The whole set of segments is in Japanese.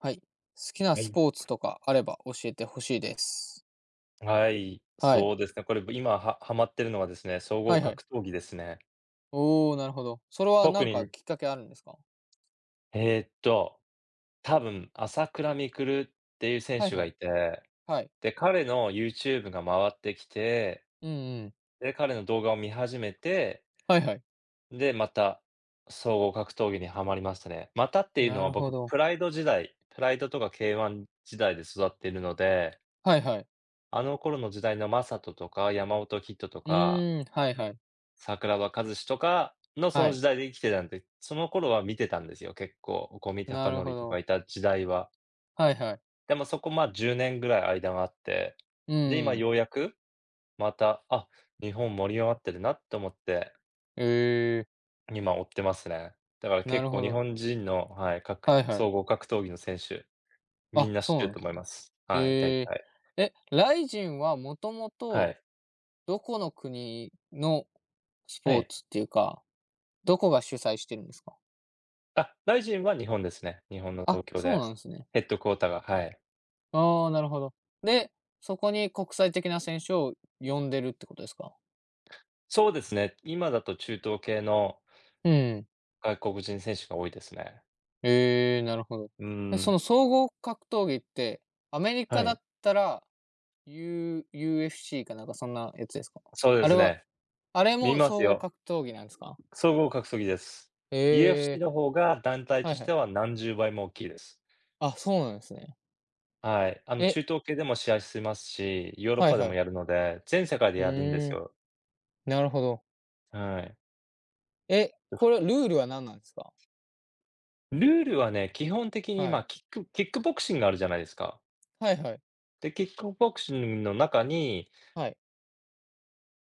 はい。好きなはスい。ポーツとかあれば教えて欲しいです。はい、はい。そうですね。これ、今はハマってるのはですね、総は合いはい。格闘技ですね。おお、なるほど。それは特なんかに、きっかけあるんですか？えーっと、多分朝倉未来っていう選はい手はがい。いて、はい。で、彼の YouTube が回ってきて、うんうん。で、彼の動画を見始めて、はいはい。で、また総合格闘技にはまりましたね。またっていうのなはるほ僕、ど。プライド時代、プライドとか K1 時代で育っているので、はいはい。あの頃の時代のマサトとか山本キッドとうかーん、はいはい。桜庭和志とかのそはの時い。代で生きてたんで、その頃は見てたんですよ、結構。五味な隆るほ典とかど。いた時代は。はいはい。でもそこ、ま、10年ぐらい間があって、うで、今ん。ようやく、また、あ、日本盛り上がってるなと思って、ええ、今追ってますね。だからな結る構ほ日ど。本人の、はい、かくはいはい。総合格闘技の選手、みあ、んな知そってうるなんとです思いね。ます。はい、大え体。え。え、ライジンはもともはとい。どこの国のスはポーい。ツっていうか、どこが主催してるんですか？あ、RISI は日本ですね。日本のあ、東京そうで、なんですね。ヘッドクォーターが、はい。ああ、なるほど。で、そこに国際的な選手を呼んでるってことですか？そうですね、今だと中東系のうん。外国人選手が多いですね。ええ、なるほど。うえ、そん、の総合格闘技って、アメリはカだい。ったら、UFC かなんかそんなやつですか？そうであすれはね。あれ見もます総合よ。格闘技なんですか？総合格闘技です。え UFC え、の方が団体はといしはてい。は何十倍も大きいです。あ、そうなんですね。はい。あの、え、中東系でも試合してますし、ヨーロッはいパではもやい。るので、全世界でうやるんですーん、よ。なるほど。はい。え、これルールは何なんですか？ルールはね、基本的に、はま、い。キックボクシングがあるじゃないですか。はいはい。で、キックボクシングの中に、はい。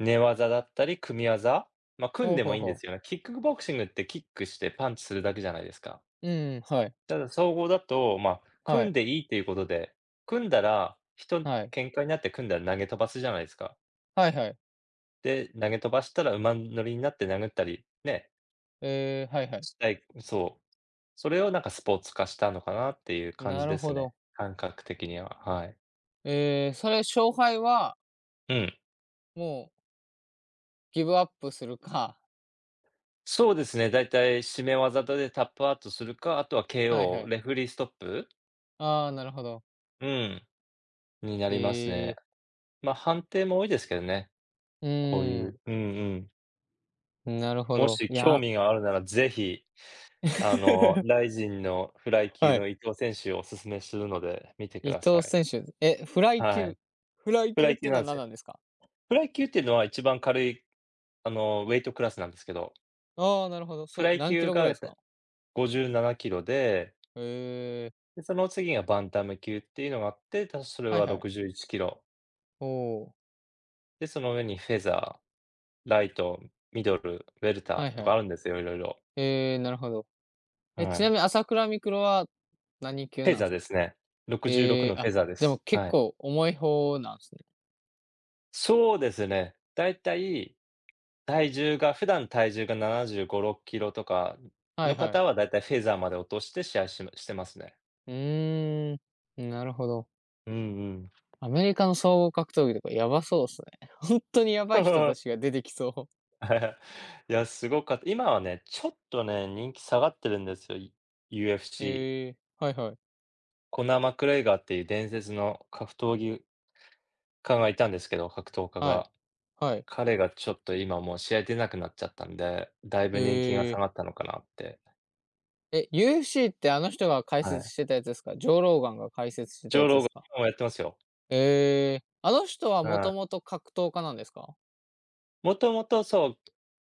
寝技だったり組み技、ま、組んほうでもほういいんでほすよね。う。キックボクシングってキックしてパンチするだけじゃないですか。うんうん、はい。ただ総合だと、まあ、は組んい。でいいっていうことで、組んだら、はい。喧嘩になって組んだら投げ飛ばすじゃないですか。はいはい。で、投げ飛ばしたら馬乗りになって殴ったり、ね、ええ、はいはい。したいそう。それをなんかスポーツ化したのかなっていう感じなるですほね、ど。感覚的には、はい。ええ、それ勝敗は、うん。もうギブアップするか そうですね、だいたい締め技でタップアウトするか、あとは はいは KO、い。レフェリーストップ、ああ、なるほど。うん、になりますえね。え、ま、判定も多いですけどね、うこういーん、ううんうん。なるほもど。しい興や 味があるならぜひRY のフライ級はい。の伊藤選手をお勧めするので、見てく伊ださ藤い。選手、え、フライはい。級フライフ級ラっイ級てのなはんす何よ。なんですか？フライ級っていうのは一番軽い、ウェイトクラスなんですけど、ああー、なるほど。フそうライ何キ級ロぐらいがですか？57キロで、ええ、で、その次がバンタム級っていうのがあって、それはいははい。61キロ。おお、で、その上にフェザー、ライト、ミドル、ウェルはいターとはかい。あるんですよ、色々。ええ、なるほど。え、はちない。みに朝倉未来は何級フェなんでザーすでか？すね。66えのえ、フェあ、ザーででもす。結はい。構重い方なんですね。そうですね。だいたい体重が、普段体重が75、6キロとかはいのは方い。はだいたいフェザーまで落として試合しましてますね。うーん、なるほど。うんうん。アメリカの総合格闘技とかやばそうっすね。本当にやばい人たちが 出てきそう。いや、すごかった。今はね、ちょっとね、人気下がってるんですよ、UFC。ええ、はいはい。コナー・マクレイガーっていう伝説の格闘技家がいたんですけど、格闘家はい。が。はい。彼がちょっと今もう試合出なくなっちゃったんで、だいぶ人気がえ下え。がったのかなって。え、UFC ってあの人が解は説い。してたやつですか？ジョー・ローガンが解説してジたョー・やつロでーガすン、か？今もやってますよ。ええ、あの人はもはい。ともと格闘家なんですか？もともとそう、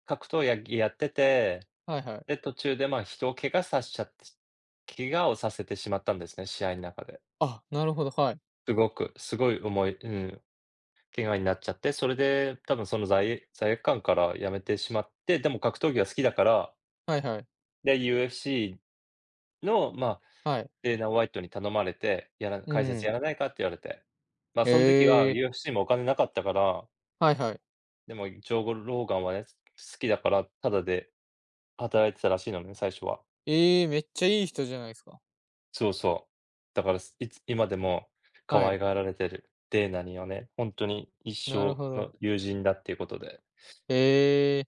格闘やってて、はいはい。で、途中でまあ、人を怪我させちゃって怪我をさせてしまったんですね、試合の中で。あ、なるほど、はい。すごく、すごい重い、ん、怪我になっちゃって、それで多分その罪悪感から辞めてしまって、でも格闘技は好きだから、はいはい。で、UFC の、まあ、はい。デーナ・ホワイトに頼まれて、う解説ん。やらないかって言われて。まあ、その時は ええ、UFC もお金なかったから、はいはい。でもジョー・ゴローガンはね、好きだから、タダで働いてたらしいのね、最初は。ええ、めっちゃいい人じゃないですか。そうそう。だから、すいつ今でも可は愛い、がられてる。デーナにはね、ほんとに一なる生ほど。の友人だっていうことで。ええ、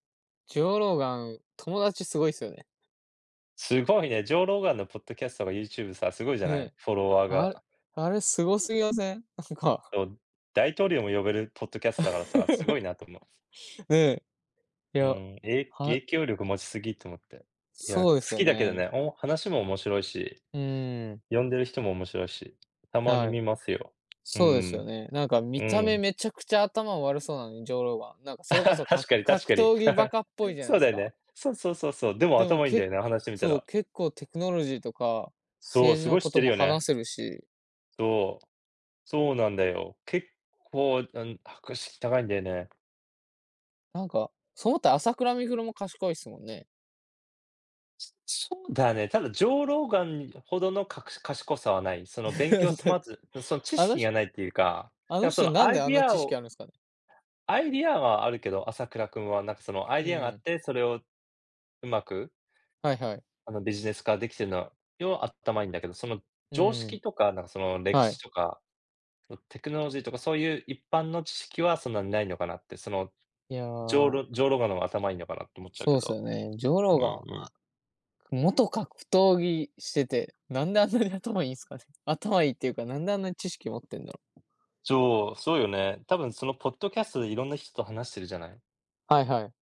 ジョーローガン、友達すごいっすよね。すごいね、ジョー・ローガンのポッドキャストが YouTube さ、すごいじゃない？ね、フォロワーあれが。あれすごすぎません？なんか。そう、大統領も呼べるポッドキャストだからさ、すごい なと思う。ね、いうや、ーん、は影響力持ちすぎと思って。いや、そ好うですよきだけどね。ね、お話も面白いし、うーん、呼んでる人も面白いし、たまにはい。見ますよ。うそうですよん、ね。なんかう見た目ん。めちゃくちゃ頭悪そうなのに、ジョーローガン。なんか それこあそ、確かに確格かに。闘技バカっぽい じゃなそいうすだよか。ね。そうそうそうそう。でもでも、頭いいんだけよね、話してみたそう、ら。結構テクノロジーとか、そう、政治すごのい知こってとるもよね。話せるし、そう。そうなんだよ。結構、博識高いんだよね。なんか、そう思ったら朝倉未来も賢いっすもんね。そうだね。ただ上老眼ほどのかくし賢さはない。その勉強 済たまず、その知あの識人がないっていうか、あなんのかそ人のなんであんな知識あるんですかね？アイディアはあるけど、朝倉君はなんかそのアイうディアがあっん。て、それをうまく、はいはい。あのビジネス化できてるのよ、要は頭いいんだけど、そのう常識ん。とか、なんかその歴はい。史とかテクノロジーとかそういう一般の知識はそんなにないのかなって、その、いや、上ロガの頭いいのかなって思っちゃうそうけですど。よね。ジョウロうーんうガン、ん。元格闘技してて、なんであんなに頭いいんすかね？頭いいっていうか、なんであんなに知識持ってんだろう？そう、そうよね。多分そのポッドキャストでいろんな人と話してるじゃない。はいはい。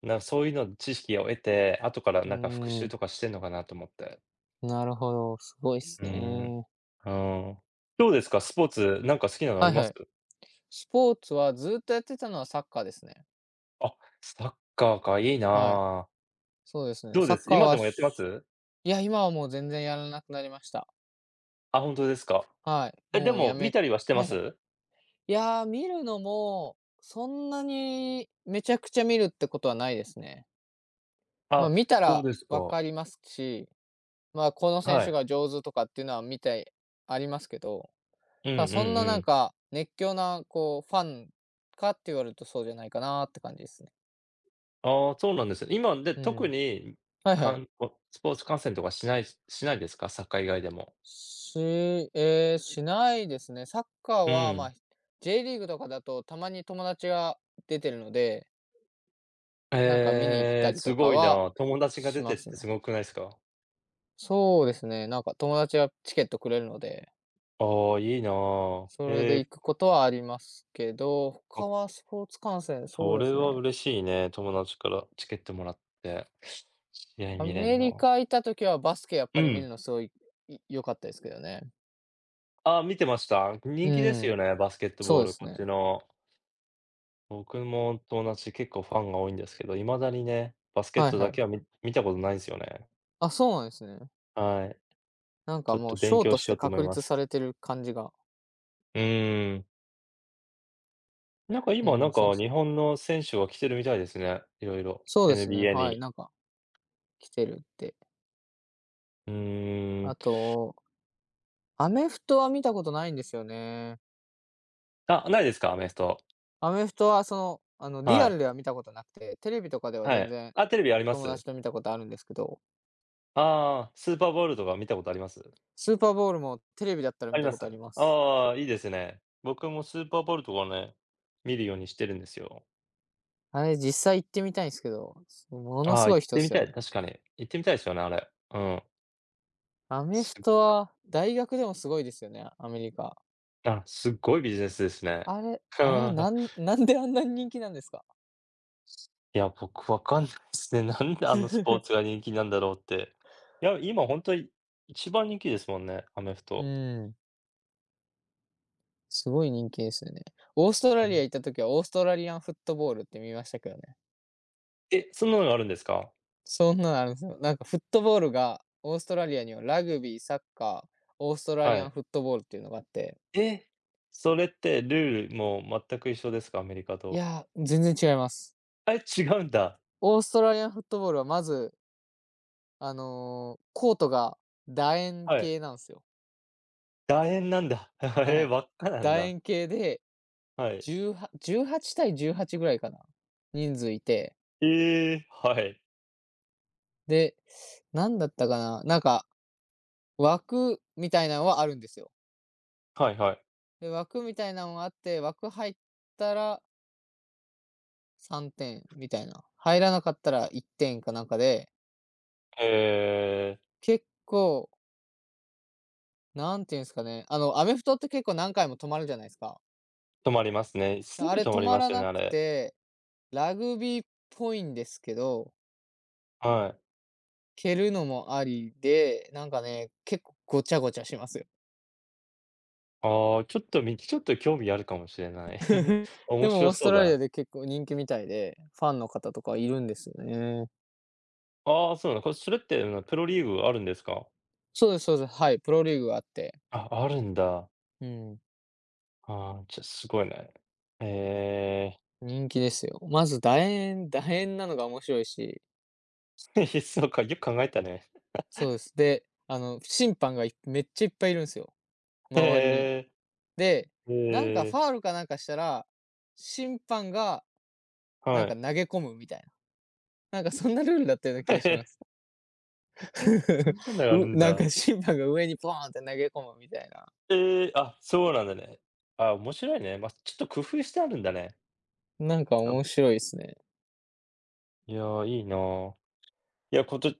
そういうの知識を得て、後からうーなんか復習ん、とかしてんのかなと思って。なるほど、すごいっうすーん、ね。うん。どうですか？スポーツ、なんか好きなのあはいりまはす？い。スポーツはずっとやってたのはサッカーですね。あ、サッカーか、いいはい。な。そうですね。どうサでッす？カー今では、もやってます？いや、今はもう全然やらなくなりました。あ、本当ですか。はい。え、でもうやも見めたりはしてまはいはい。す？いやー、見るのも、そんなにめちゃくちゃ見るってことはないですね。ま、あ、見たそうらですわか。かりますし、まあ、この選は手い。が上手とかっていうのは見てありますけど、うんただうんそんなうなんん。か、熱狂なこうファンかって言われるとそうじゃないかなって感じですね。ああ、そうなんですね。今で、う特ん。に、はいはかい。んこスポーツ観戦とかしないですか？サッカー以外でも。しえーしないですね。サッカーうは、まん。あ、J リーグとかだとたまに友達が出てるので、なんか見に行っえたえ、りとすかごいはな。友達がし出てまっすてすね。ごくないすか？そうですね、なんか友達がチケットくれるので、ああ、いいな。それえでえ、行くことはありますけど、あ、他はスポーツ観戦、そそうでれすはね。嬉しいね。友達からチケットもらって、試合ア見れんメリの。カ行った時はバスケやっうぱり見るん。のすごい、良かったですけどね。あ見てました。人う気ですん、よね、バスケットそボうーでル、すこっね。ちの。僕も友達結構ファンが多いんですけど、未だにね、バスケッはいトだはい。けは見たことないんすよね。あ、そうなんですね。はい。なんちかょっもうとシ勉ョー強とししよてうと思確いま立さす。れてる感じが、うーん。なんかう今、なんん、そうでかす。日本の選手が来てるみたいですね。いろいろ。そうですね、NBA はい、に。なんか来てるって。うーん。あと、アメフトは見たことないんですよね。あ、ないですか？アメフト。アメフトはその、あの、リはアルい。では見たことなくて、テレビとかではは全い。然あ、テレビありま友す？達と見たことあるんですけど、ああー、スーパーボウルとか見たことあります？スーパーボウルもテレビだったらあ見りたまことあす？ります。ああ、いいですね。僕もスーパーボウルとかね、見るようにしてるんですよ。あれ、実際行ってみたいんですけど、ものああ、すご行いっ人ってみすよたい、ね。確かに。行ってみたいですよね、あれ。うん。アメフすトは大学でもすごいですよね、アメリカ。すっごいビジネスですね。あれあれ、なんであんなに人気なんですか？いや、僕わかんないですね。なんであのスポーツ が人気なんだろうって。いや、今本当に一番人気ですもんね、アメフうト。ん、すごい人気ですよね。オーストうラリアん。行った時はオーストラリアンフットボールって見ましたけどね。え、そんなのがあるんですか？そんなのあるんですよ。なんかフットボールがオーストラリアにはラグビー、サッカー、オーストラリはアンい。フットボールっていうのがあって、え、それってルールも全く一緒ですか？アメリカいと。やー、全然違います。あ、え、違うんだ。オーストラリアンフットボールはまず、あの、コートが楕円はい。形なんですよ。楕円なんだ。はえ、い。輪っかなん楕だ。円形で、はい。18-18対18ぐらいかな、人数いて、えーで、なんだったかな、なんか、枠みたいなのはあるんですよ。はいはいはい。で、枠みたいなのがあって、枠入ったら3点みたいな、入らなかったら1点かなんかで、え結構、なんていうんですかね、あの、アメフトって結構何回も止まるじゃないですか。ー、止まりますね。すあぐれ止ま止りままらすよね、なあくれ。てラグビーっぽいんですけど、はい。蹴るのもありで、なんかね、結構ごちゃごちゃしますよ。ああ、ちょっと興味あるかもしれない。面でも白オースそうトだラリな。アで結構人気みたいで、ファンの方とかいるんですよね。ああ、そうなの。これ、それって、うん、プロリーグあるんですか？そうですそうです。はい、プロリーグがあって、あ、あるんだ。うん、ああ、じゃ、すごいね。え人気ですよ。まず楕円楕円なのが面白いし、え そうか、よく考えたね。そうです。で、あの、審判がめっちゃいっぱいいるんですよ、へ周りに。え。で、なんかえフえ、ァールかなんかしたら、審判がなんはかい。投げ込むみたいな、なんかそんなルールだったような 気がしまえ、す。そ んなのがあるんなんだ。か審判が上にポーンって投げ込むみたいな。ええ、あ、そうなんだね。あ、面白いね。まあ、ちょっと工夫してあるんだね。なんかあ、面白いですね。いやー、いいなー。いや、こと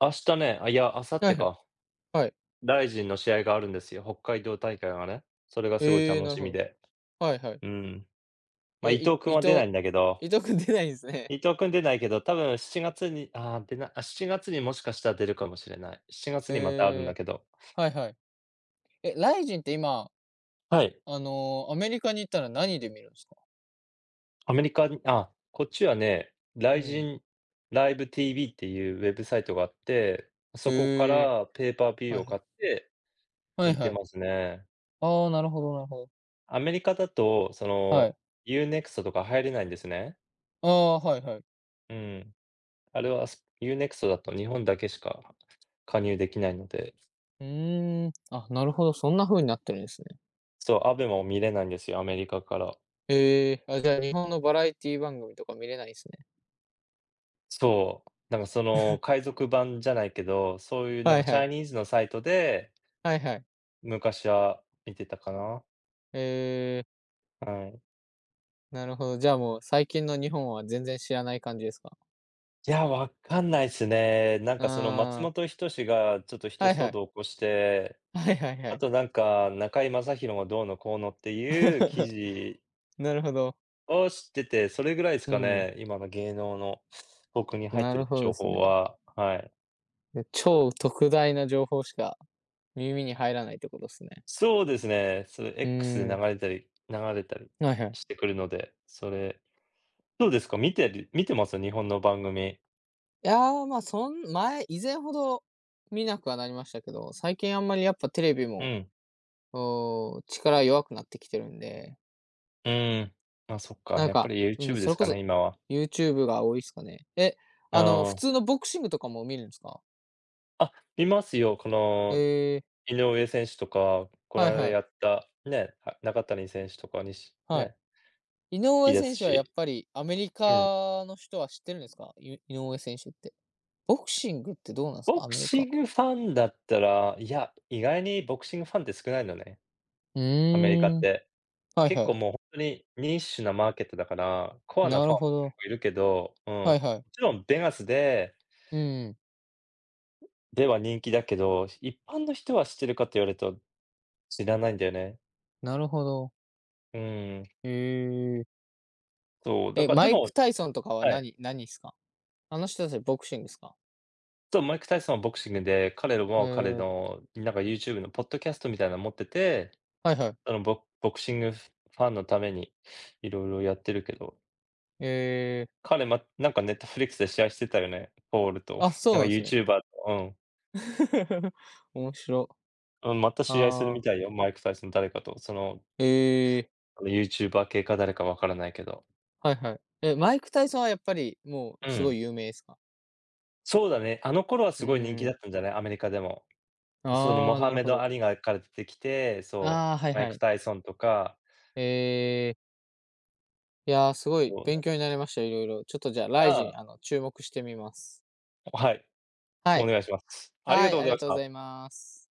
明日ね、あ、いや、明後は日いはい。か。はい。ライジンの試合があるんですよ、北海道大会がね。それがすごいえー、楽なるしほみど。で。はいはい。うん。ま、え、伊い藤伊君は出な藤、いんだけど、伊藤くん出ないんですね。伊 藤君出ないけど、多分7月に、ああ、出なあ、7月にもしかしたら出るかもしれない。7月にまたあるんえだけど。ー、はいはい。え、ライジンって今、はい。アメリカに行ったら何で見るんですか？アメリカに、あ、こっちはね、ラうイジん。ンライブ TV っていうウェブサイトがあって、そこかええらペーパービー、ュはーいをはい。買ってはい見はてい。ますね。ああ、なるほどなるほど。アメリカだと、そはの、い。ユーネクストとか入れないんですね。ああ、はいはい。うん。あれは、す u n ク x トだと日本だけしか加入できないので、うーん。あ、なるほど。そんな風になってるんですね。そう、アベマを見れないんですよ、アメリカから。ええー、あ、じゃあ日本のバラエティ番組とか見れないですね。そう、なんかその海賊版じゃないけど、そういうなんはいかチはャイい。ニーズのサイトで、はいはい。昔は見てたかな。ええ、はい。なるほど。じゃあ、もう最近の日本は全然知らない感じですか？いや、わかんないっすね。なんあかその松本ー、人志がちょっと一騒動を起こして、はいはい。 はいはいはあい。となんか中居正広がどうのこうのっていう記事 なるほど。を知ってて、それぐらいですうかん、ね、今の芸能の僕に入っなてるるほど情です報ね。は。はい。で、超特大な情報しか耳に入らないってことですね。そうですね、それ う X でー流ん、れたり流れたりはいはしい。てくるので、それどうですか？見てます？日本の番組。いやー、まあ、そん前以前ほど見なくはなりましたけど、最近あんまりやっぱテレビうも、ん、おお、力弱くなってきてるんで、うん。あ、そっか、なんやっぱか、り うん、YouTube でそすれこかね、そ、今は。YouTube が多いっすかね。え、あ普あ。通のボクシングとかも見るんですか？あ、見ますよ。このへえ、井上選手とか、このはい間はい、やった、ね、あ、中谷選手とかにしはね、い。井好き上です選手はやっし。ぱりアメリうん。カの人は知ってるんですか？井上選手って。ボクシングってどうなんですか？ボアクメリシカ。ングファンだったら、いや、意外にボクシングファンって少ないのね、うアメリカーっん、て。はい結は構い。もうほんとにニッシュなマーケットだから、コアななファるンもほ結ど。構いるけど、うん。はもいはい。ちろんベガスでうん、では人気だけど、一般の人は知ってるかって言われると知らないんだよね。なるほど。うーん、へえ。そう、だえ、からでマイも、ク・タイソンとかははい。何っすか？あの人たちボクシングっすか？そう、マイク・タイソンはボクシングで、彼らへも彼え、のなんか YouTube のポッドキャストみたいなの持ってて、はいはい。あの、ボクシングファンのために色々やってるけど、へえ、彼、ま、なんかネットフリックスで試合してたよね、ポールと。あ、そなうんかなんユすーね。チューバーと、うん。面白。うん、また試合するみああ、たいよ、マイク・タイソン誰かと。その、ええ、ユーチューバー系か誰かわからないけど。はいはい。え、マイク・タイソンはやっぱり、もううすごん。い有名ですか？そうだね、あの頃はうすごい人気ーだっん。たんじゃない？アメリカでも。そのモああ、ハなるメほド・ど。アリがから出てきて、そああ、はいう、マイはク・い。タイソンとか、ええ、いやー、すごいそうだ勉っ強になりました。いろいろちょっとじゃあ、ライジン、た。注目してみます。はい、はおい。願いします。ありがはい、とうあごりざいがましとうござた。います。